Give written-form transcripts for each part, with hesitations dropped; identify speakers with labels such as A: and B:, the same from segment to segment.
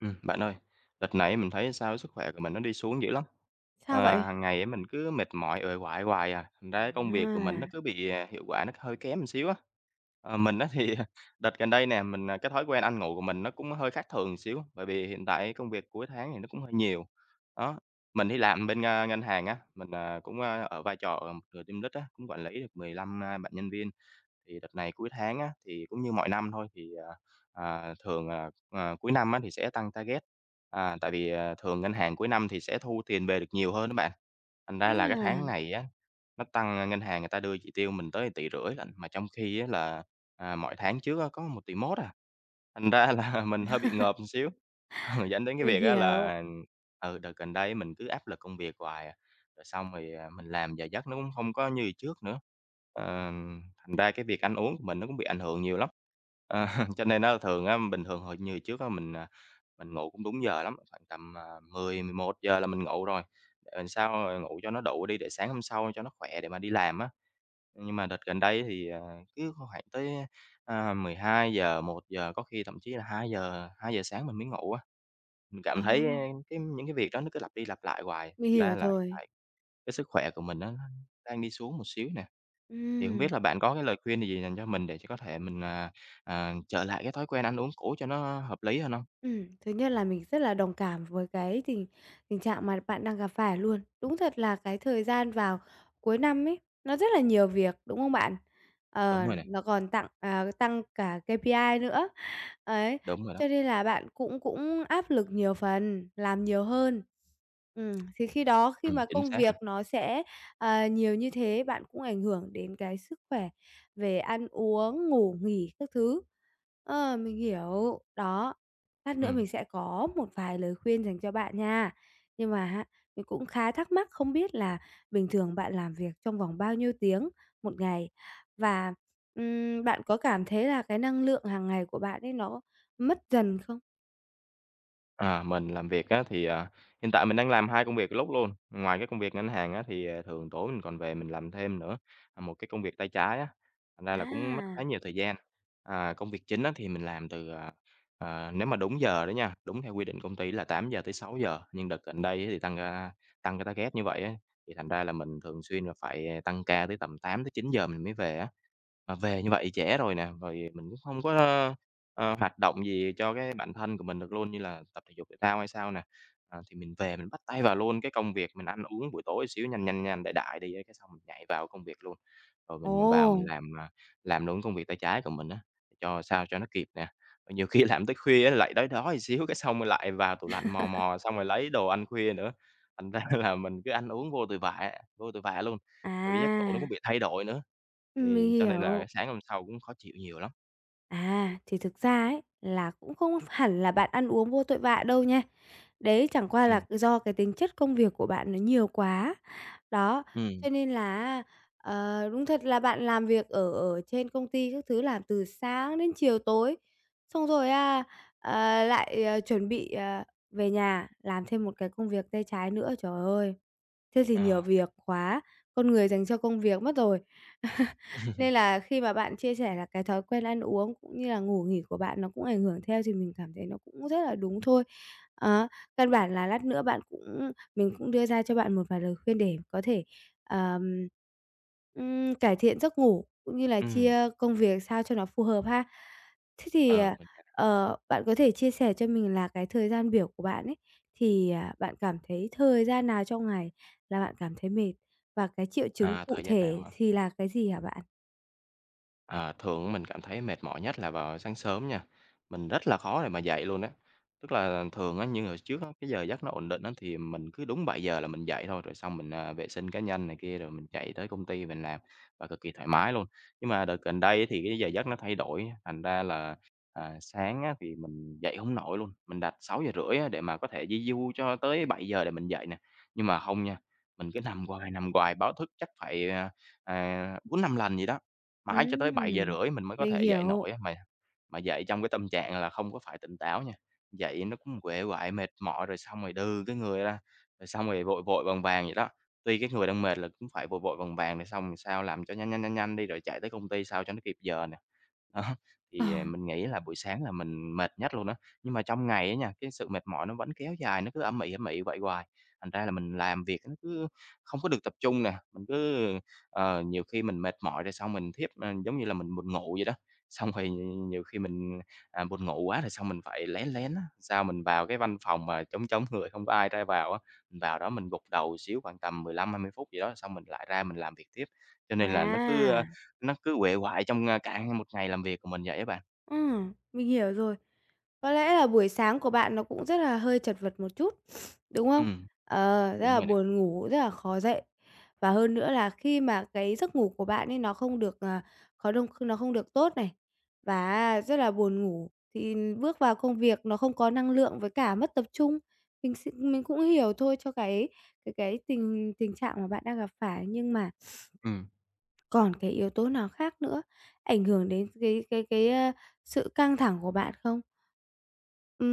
A: Bạn ơi, đợt này mình thấy sao sức khỏe của mình nó đi xuống dữ lắm.
B: Sao vậy?
A: Hàng ngày á mình cứ mệt mỏi, uể oải hoài à, thành ra công việc của
B: À,
A: mình nó cứ bị, hiệu quả nó hơi kém một xíu á. Ờ, mình á thì đợt gần đây nè, mình, cái thói quen ăn ngủ của mình nó cũng hơi khác thường một xíu, bởi vì hiện tại công việc cuối tháng thì nó cũng hơi nhiều. Đó, mình đi làm bên ngân hàng á, mình cũng ở vai trò, ờ, một người team lead á, cũng quản lý được 15, bạn nhân viên. Thì đợt này cuối tháng á, thì cũng như mọi năm thôi, thì thường cuối năm á thì sẽ tăng target, tại vì thường ngân hàng cuối năm thì sẽ thu tiền về được nhiều hơn đó bạn. Thành ra là cái
B: À,
A: tháng này á, nó tăng, ngân hàng người ta đưa chỉ tiêu mình tới tỷ rưỡi lận, mà trong khi á là, mọi tháng trước á có một tỷ mốt à. Thành ra là mình hơi bị ngợp một xíu, ừ, dẫn đến cái
B: mình
A: việc á
B: hiểu.
A: là, ừ, đợt gần đây mình cứ áp lực công việc hoài à, rồi xong thì mình làm giờ giấc nó cũng không có như trước nữa. Ờ, thành ra cái việc ăn uống của mình nó cũng bị ảnh hưởng nhiều lắm. Ờ, cho nên nó thường á, bình thường hồi như trước á mình mình ngủ cũng đúng giờ lắm, khoảng tầm 1000 giờ là mình ngủ rồi, để làm sao mà ngủ cho nó đủ đi để sáng hôm sau cho nó khỏe để mà đi làm á. Nhưng mà đợt gần đây thì cứ khoảng tới, 1200 giờ, một giờ, có khi thậm chí là 200 giờ sáng mình mới ngủ á. Mình
B: Ờ.
A: cảm thấy ờ, cái những cái việc đó nó cứ lặp đi lặp lại hoài,
B: Mình
A: thành
B: hiểu
A: ra là hiện
B: rồi.
A: tại cái sức khỏe của mình nó đang đi xuống một xíu nè. Thì không biết
B: Ừm,
A: là bạn có cái lời khuyên gì dành cho mình để cho có thể mình trở lại cái thói quen ăn uống cũ cho nó hợp lý hơn không.
B: ừm, thứ nhất là mình rất là đồng cảm với cái tình tình trạng mà bạn đang gặp phải luôn. Đúng thật là cái thời gian vào cuối năm ấy, nó rất là nhiều việc, đúng không bạn?
A: Đúng
B: Ờ,
A: rồi nè,
B: nó còn tặng à, tăng cả KPI nữa. Ấy,
A: đúng rồi đó.
B: cho nên là bạn cũng cũng áp lực nhiều phần, làm nhiều hơn. Thì khi đó khi mà
A: Chính
B: công
A: xác
B: việc
A: nè.
B: nó sẽ, nhiều như thế, bạn cũng ảnh hưởng đến cái sức khỏe về ăn uống, ngủ nghỉ các thứ. Ờ, mình hiểu, đó, lát nữa
A: Ừm.
B: mình sẽ có một vài lời khuyên dành cho bạn nha. Nhưng mà á, mình cũng khá thắc mắc không biết là bình thường bạn làm việc trong vòng bao nhiêu tiếng một ngày? Và bạn có cảm thấy là cái năng lượng hàng ngày của bạn ấy nó mất dần không?
A: Mình làm việc á thì hiện tại mình đang làm 2 công việc lúc luôn. Ngoài cái công việc ngân hàng á thì thường tối mình còn về mình làm thêm nữa, một cái công việc tay trái á, thành ra là cũng mất
B: À,
A: khá nhiều thời gian. À, công việc chính á thì mình làm từ nếu mà đúng giờ đó nha, đúng theo quy định công ty là 8 giờ tới 6 giờ nhưng đợt gần đây á thì tăng ca tăng cái target như vậy á, thì thành ra là mình thường xuyên là phải tăng ca tới tầm 8 tới 9 giờ mình mới về á. Mà về như vậy trễ rồi nè, rồi mình cũng không có Ờ, hoạt động gì cho cái bản thân của mình được luôn, như là tập thể dục thể thao hay sao nè. Ờ, thì mình về mình bắt tay vào luôn cái công việc mình ăn uống buổi tối xíu nhanh, nhanh, nhanh, đại đại đi á, cái xong mình nhảy vào công việc luôn. Rồi mình vào mình
B: ồ,
A: làm, à, làm đúng công việc tay trái của mình á, cho sao cho nó kịp nè. Rồi nhiều khi làm tới khuya á, lại đói đói xíu, cái xong rồi lại vào tủ lạnh mò mò, xong rồi lấy đồ ăn khuya nữa. Thành ra là mình cứ ăn uống vô tội vạ luôn. Rồi cái giấc ngủ nó cũng
B: à,
A: bị thay đổi nữa, thì
B: mình
A: cho nên
B: hiểu.
A: là sáng hôm sau cũng khó chịu nhiều lắm.
B: À, thì thực ra ấy, là cũng không hẳn là bạn ăn uống vô tội vạ đâu nha. Đấy chẳng qua
A: Ừ.
B: là do cái tính chất công việc của bạn nó nhiều quá. Đó,
A: Ừ.
B: cho nên là đúng thật là bạn làm việc ở ở trên công ty các thứ làm từ sáng đến chiều tối, xong rồi, chuẩn bị, về nhà làm thêm một cái công việc tay trái nữa, trời ơi! Thế thì nhiều
A: Ờ.
B: việc quá, con người dành cho công việc mất rồi. Nên là khi mà bạn chia sẻ là cái thói quen ăn uống cũng như là ngủ nghỉ của bạn nó cũng ảnh hưởng theo thì mình cảm thấy nó cũng rất là đúng thôi. Đó, căn bản là lát nữa bạn cũng mình cũng đưa ra cho bạn một vài lời khuyên để có thể, ờm, cải thiện giấc ngủ cũng như là
A: Ừm.
B: chia công việc sao cho nó phù hợp ha. Thế thì,
A: Ờ. Ừ, mình hiểu.
B: bạn có thể chia sẻ cho mình là cái thời gian biểu của bạn ấy, thì, bạn cảm thấy thời gian nào trong ngày là bạn cảm thấy mệt? Và cái triệu chứng
A: À,
B: cụ
A: thời gian nào
B: thể
A: hả?
B: thì là cái gì hả bạn?
A: À, thường mình cảm thấy mệt mỏi nhất là vào sáng sớm nha. Mình rất là khó để mà dậy luôn á. Tức là thường á, như hồi trước á, cái giờ giấc nó ổn định á, thì mình cứ đúng 7 giờ là mình dậy thôi. Rồi xong mình vệ sinh cá nhân này kia rồi mình chạy tới công ty mình làm và cực kỳ thoải mái luôn. Nhưng mà đợt gần đây thì cái giờ giấc nó thay đổi. Thành ra là sáng á, thì mình dậy không nổi luôn. Mình đặt 6 giờ rưỡi á, để mà có thể di du cho tới 7 giờ để mình dậy nè. Nhưng mà không nha. Mình cứ nằm hoài báo thức chắc phải 4-5 lần gì đó. Mãi cho tới
B: Ừm,
A: 7 giờ rưỡi mình mới có
B: mình
A: thể dậy
B: hiểu.
A: nổi á, mà dậy trong cái tâm trạng là không có phải tỉnh táo nha. Dậy nó cũng uể oải, mệt mỏi rồi xong rồi đưa cái người ra, rồi xong rồi vội vội vàng vàng vậy đó. Tuy cái người đang mệt là cũng phải vội vội vàng vàng để xong sao làm cho nhanh, nhanh, nhanh, nhanh đi rồi chạy tới công ty sao cho nó kịp giờ nè. Đó,
B: Ờ.
A: thì mình nghĩ là buổi sáng là mình mệt nhất luôn đó. Nhưng mà trong ngày á nha, cái sự mệt mỏi nó vẫn kéo dài, nó cứ âm ỉ vậy hoài. Thành ra là mình làm việc nó cứ không có được tập trung nè, mình cứ Ờ, nhiều khi mình mệt mỏi rồi xong mình thiếp ờ, giống như là mình buồn ngủ vậy đó, xong rồi nhiều khi mình buồn ngủ quá rồi xong mình phải lén lén á, sao mình vào cái văn phòng mà trống trống người không có ai ra vào á, mình vào đó mình gục đầu xíu khoảng tầm 15-20 phút gì đó, xong mình lại ra mình làm việc tiếp. Cho nên là nó cứ,
B: À,
A: ơ, nó cứ uể oải trong cả một ngày làm việc của mình vậy á bạn.
B: mình hiểu rồi. Có lẽ là buổi sáng của bạn nó cũng rất là hơi chật vật một chút, đúng
A: Ừ,
B: không? Ờ, rất
A: đúng
B: là
A: rồi nè.
B: buồn ngủ, rất là khó dậy. Và hơn nữa là khi mà cái giấc ngủ của bạn ấy nó không được, khó đông nó không được tốt này, và rất là buồn ngủ, thì bước vào công việc nó không có năng lượng với cả mất tập trung. Mình cũng hiểu thôi cho cái tình tình trạng mà bạn đang gặp phải, nhưng mà
A: Ừ.
B: còn cái yếu tố nào khác nữa ảnh hưởng đến cái sự căng thẳng của bạn không?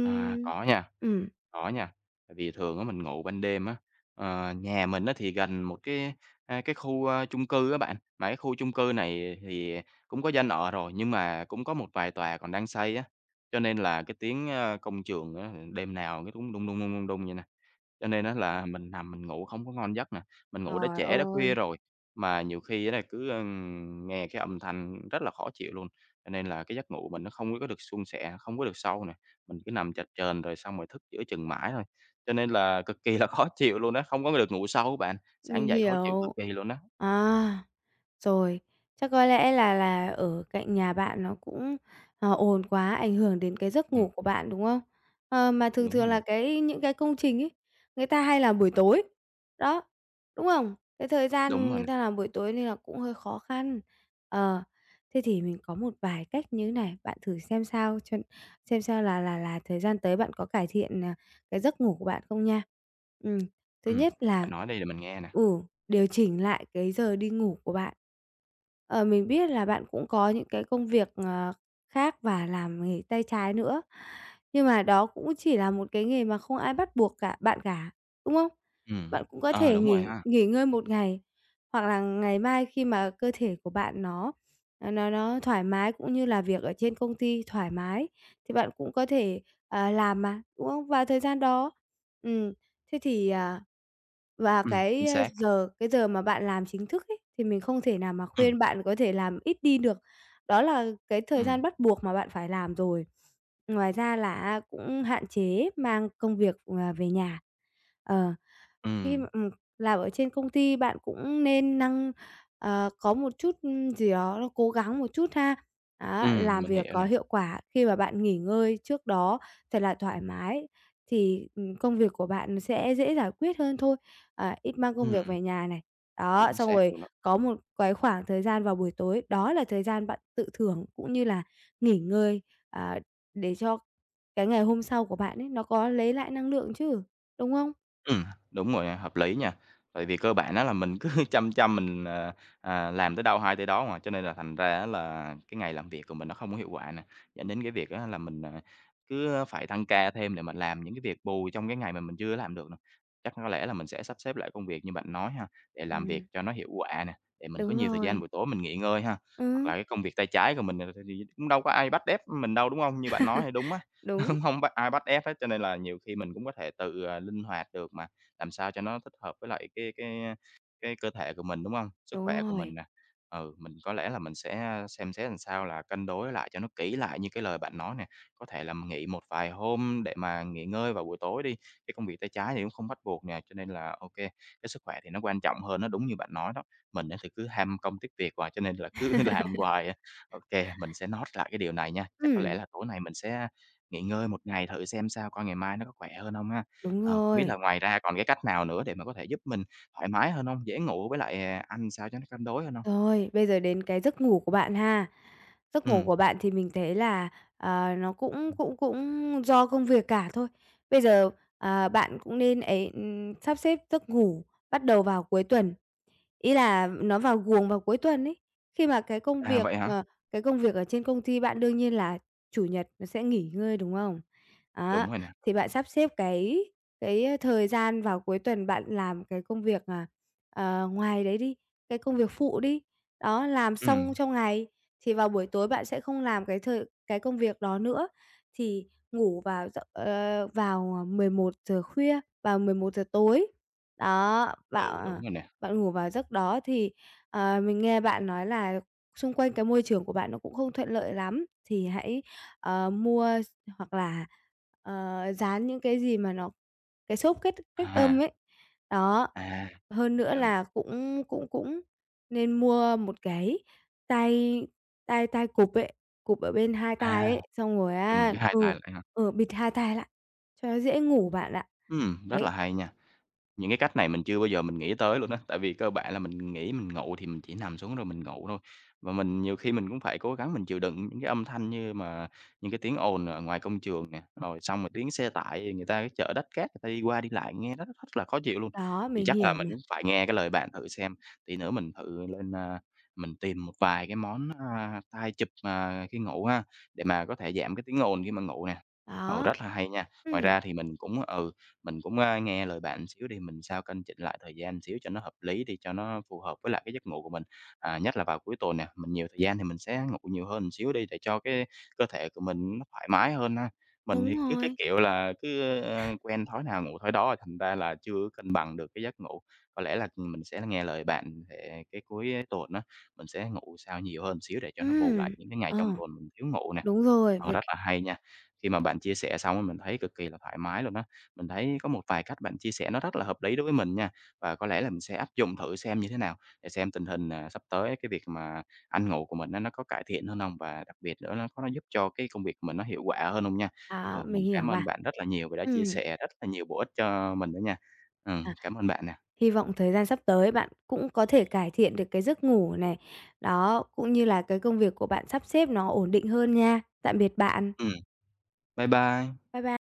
A: À, có nha,
B: ừm,
A: có nha. Tại vì thường á mình ngủ ban đêm á, ờ, nhà mình á thì gần một cái cái khu chung cư á bạn, mà cái khu chung cư này thì cũng có dân ở rồi, nhưng mà cũng có một vài tòa còn đang xây á, cho nên là cái tiếng công trường á, đêm nào cái cũng đung, đung, đung, đung, đung vậy nè. Cho nên á là mình nằm mình ngủ không có ngon giấc nè, mình ngủ đã
B: trời
A: trễ đã khuya
B: ơi,
A: rồi, mà nhiều khi á là cứ nghe cái âm thanh rất là khó chịu luôn, cho nên là cái giấc ngủ mình nó không có được suôn sẻ, không có được sâu nè. Mình cứ nằm chập chờn rồi xong rồi thức giữa chừng mãi thôi, cho nên là cực kỳ là khó chịu luôn á, không có được ngủ sâu á bạn,
B: mình
A: sáng dậy khó chịu cực
B: hiểu.
A: kỳ luôn á.
B: À. Rồi, chắc có lẽ là ở cạnh nhà bạn nó cũng, ồn quá, ảnh hưởng đến cái giấc ngủ
A: Ừm,
B: của bạn, đúng không? Ờ, mà thường
A: đúng
B: thường
A: rồi nè,
B: là những cái công trình ấy, người ta hay làm buổi tối, đó, đúng không? Cái thời
A: đúng
B: gian
A: rồi
B: người
A: nè.
B: ta làm buổi tối nên là cũng hơi khó khăn. Ờ, thế thì mình có một vài cách như thế này, bạn thử xem sao cho xem sao là thời gian tới bạn có cải thiện, cái giấc ngủ của bạn không nha. Ừm, thứ
A: Ừm,
B: nhất là
A: bạn nói đi để mình nghe nè.
B: ừ. Điều chỉnh lại cái giờ đi ngủ của bạn. Ờ, mình biết là bạn cũng có những cái công việc, khác và làm nghề tay trái nữa, nhưng mà đó cũng chỉ là một cái nghề mà không ai bắt buộc cả bạn cả, đúng không?
A: Ừm.
B: Bạn cũng có
A: Ờ,
B: thể
A: đúng rồi
B: nghỉ
A: ha.
B: nghỉ ngơi một ngày, hoặc là ngày mai khi mà cơ thể của bạn nó nó thoải mái, cũng như là việc ở trên công ty thoải mái thì bạn cũng có thể, làm mà, đúng không? Vào thời gian đó. Ừm. Thế thì, và
A: Ừm,
B: cái,
A: chính
B: ơ,
A: xác nè.
B: giờ cái giờ mà bạn làm chính thức ấy, thì mình không thể nào mà
A: Ừm.
B: khuyên bạn có thể làm ít đi được. Đó là cái thời
A: Ừm.
B: gian bắt buộc mà bạn phải làm rồi. Ngoài ra là cũng hạn chế mang công việc, về nhà. Ờ. Khi
A: Ừm.
B: mà làm ở trên công ty bạn cũng nên năng có một chút, gì đó nó cố gắng một chút ha. Đó,
A: Ừm,
B: làm
A: mình
B: việc
A: hiểu
B: có
A: nè.
B: hiệu quả khi mà bạn nghỉ ngơi trước đó thật là thoải mái thì, công việc của bạn sẽ dễ giải quyết hơn thôi. Ờ, ít mang công việc
A: Ừm,
B: về nhà này, đó,
A: chính
B: xong
A: xác
B: rồi
A: luôn.
B: có một cái khoảng thời gian vào buổi tối, đó là thời gian bạn tự thưởng cũng như là nghỉ ngơi, ờ, để cho cái ngày hôm sau của bạn ấy nó có lấy lại năng lượng chứ, đúng không?
A: Ừm, đúng rồi, hợp lý nha. Tại vì cơ bản á là mình cứ chăm chăm mình làm tới đâu hay tới đó mà, cho nên là thành ra á là cái ngày làm việc của mình nó không có hiệu quả nè, dẫn đến cái việc á là mình cứ phải tăng ca thêm để mà làm những cái việc bù trong cái ngày mà mình chưa làm được nè. Chắc có lẽ là mình sẽ sắp xếp lại công việc như bạn nói ha, để làm việc
B: Ừm.
A: cho nó hiệu quả nè, để mình có
B: Đúng
A: nhiều thời gian
B: rồi.
A: buổi tối mình nghỉ ngơi ha. Hoặc
B: Ừm,
A: là cái công việc tay trái của mình, ờ, thì cũng đâu có ai bắt ép mình đâu, đúng không? Như bạn nói thì đúng á.
B: đúng,
A: không bắt ai bắt ép hết, cho nên là nhiều khi mình cũng có thể tự linh hoạt được mà, làm sao cho nó thích hợp với lại cái cái cơ thể của mình, đúng không? Sức khỏe
B: đúng
A: của
B: rồi.
A: mình nè. Ừ, mình có lẽ là mình sẽ xem xét làm sao là cân đối lại cho nó kỹ lại như cái lời bạn nói nè. Có thể là mình nghỉ một vài hôm để mà nghỉ ngơi vào buổi tối đi, cái công việc tay trái thì cũng không bắt buộc nè, cho nên là ok. Cái sức khỏe thì nó quan trọng hơn nó đúng như bạn nói đó. Mình á thì cứ ham công tiếc việc hoài, cho nên là cứ làm hoài à. Ô, mình sẽ note lại cái điều này nha. Chắc có lẽ
B: Ừm,
A: là tối nay mình sẽ nghỉ ngơi một ngày thử xem sao, coi ngày mai nó có khỏe hơn không ha.
B: đúng
A: Không biết
B: rồi.
A: là ngoài ra còn cái cách nào nữa để mà có thể giúp mình thoải mái hơn không? Dễ ngủ với lại, ăn sao cho nó cân đối hơn không?
B: Rồi, bây giờ đến cái giấc ngủ của bạn ha. Giấc ngủ
A: Ừm.
B: của bạn thì mình thấy là, nó cũng
A: Ừm.
B: cũng cũng do công việc cả thôi. Bây giờ, bạn cũng nên ấy, sắp xếp giấc ngủ bắt đầu vào cuối tuần. Ý là nó vào guồng vào cuối tuần ấy. Khi mà cái công
A: À,
B: việc,
A: vậy hả?
B: cái công việc ở trên công ty bạn đương nhiên là Chủ nhật nó sẽ nghỉ ngơi, đúng không? Đó,
A: Đúng rồi nè.
B: thì bạn sắp xếp cái thời gian vào cuối tuần bạn làm cái công việc, ngoài đấy đi, cái công việc phụ đi. Đó, làm xong
A: Ừm,
B: trong ngày thì vào buổi tối bạn sẽ không làm cái công việc đó nữa, thì ngủ vào giấc giờ khuya, vào mười một giờ tối. Đó, bạo
A: ừ, đúng
B: à
A: rồi nè.
B: bạn ngủ vào giấc đó thì, mình nghe bạn nói là xung quanh cái môi trường của bạn nó cũng không thuận lợi lắm, thì hãy, ờ, mua s hoặc là, dán những cái gì mà nó cái xốp cách cách âm
A: À,
B: ấy. Đó,
A: à,
B: hơn nữa
A: hiểu nè.
B: là cũng cũng cũng nên mua một cái tai tai tai cụp ấy, cụp ở bên hai tai
A: À,
B: ấy, xong rồi
A: chùm cái hai tay lại ha.
B: bịt hai tai lại cho nó dễ ngủ bạn ạ.
A: Rất
B: Đấy,
A: là hay nha. Những cái cách này mình chưa bao giờ mình nghĩ tới luôn á, tại vì cơ bản là mình nghĩ mình ngủ thì mình chỉ nằm xuống rồi mình ngủ thôi. Và mình nhiều khi mình cũng phải cố gắng mình chịu đựng những cái âm thanh như mà những cái tiếng ồn ở ngoài công trường nè, rồi xong rồi tiếng xe tải, người ta cái chở đất cát người ta đi qua đi lại nghe nó rất là khó chịu luôn.
B: đó,
A: Thì
B: mình
A: chắc
B: hiểu
A: là mình
B: mà,
A: cũng phải nghe cái lời bạn thử xem, tí nữa mình thử lên, mình tìm một vài cái món, a, tai chụp, à, khi ngủ ha, để mà có thể giảm cái tiếng ồn khi mà ngủ nè. Ừ,
B: đó.
A: rất là hay nha. Ngoài
B: Ừ,
A: ra thì mình cũng ừ, mình cũng, nghe lời bạn xíu đi, mình sao canh chỉnh lại thời gian xíu cho nó hợp lý đi, cho nó phù hợp với lại cái giấc ngủ của mình. À, nhất là vào cuối tuần nè, mình nhiều thời gian thì mình sẽ ngủ nhiều hơn xíu đi để cho cái cơ thể của mình nó thoải mái hơn ha. Mình
B: đúng
A: thì cứ cái
B: rồi.
A: kiểu là cứ, quen thói nào ngủ thói đó, thành ra là chưa cân bằng được cái giấc ngủ. Có lẽ là mình sẽ nghe lời bạn để cái cuối tuần đó mình sẽ ngủ sao nhiều hơn xíu để cho nó bù lại
B: Ừm,
A: những cái ngày
B: ờ,
A: trong tuần mình thiếu ngủ nè.
B: đúng rồi,
A: Ờ,
B: với
A: rất là hay nha. Khi mà bạn chia sẻ xong á, mình thấy cực kỳ là thoải mái luôn á. Mình thấy có một vài cách bạn chia sẻ nó rất là hợp lý đối với mình nha, và có lẽ là mình sẽ áp dụng thử xem như thế nào, để xem tình hình, sắp tới cái việc mà ăn ngủ của mình nó có cải thiện hơn không? Và đặc biệt nữa nó có nó giúp cho cái công việc của mình nó hiệu quả hơn không nha.
B: à,
A: Ừ, mình
B: mình hiểu
A: cảm
B: mà.
A: ơn bạn rất là nhiều vì đã chia
B: Ừm,
A: sẻ rất là nhiều bổ ích cho mình đó nha.
B: à,
A: Cảm ơn bạn nè.
B: hy vọng thời gian sắp tới bạn cũng có thể cải thiện được cái giấc ngủ này, đó, cũng như là cái công việc của bạn sắp xếp nó ổn định hơn nha. Tạm biệt bạn.
A: Ừm, bye bye.
B: Bye bye.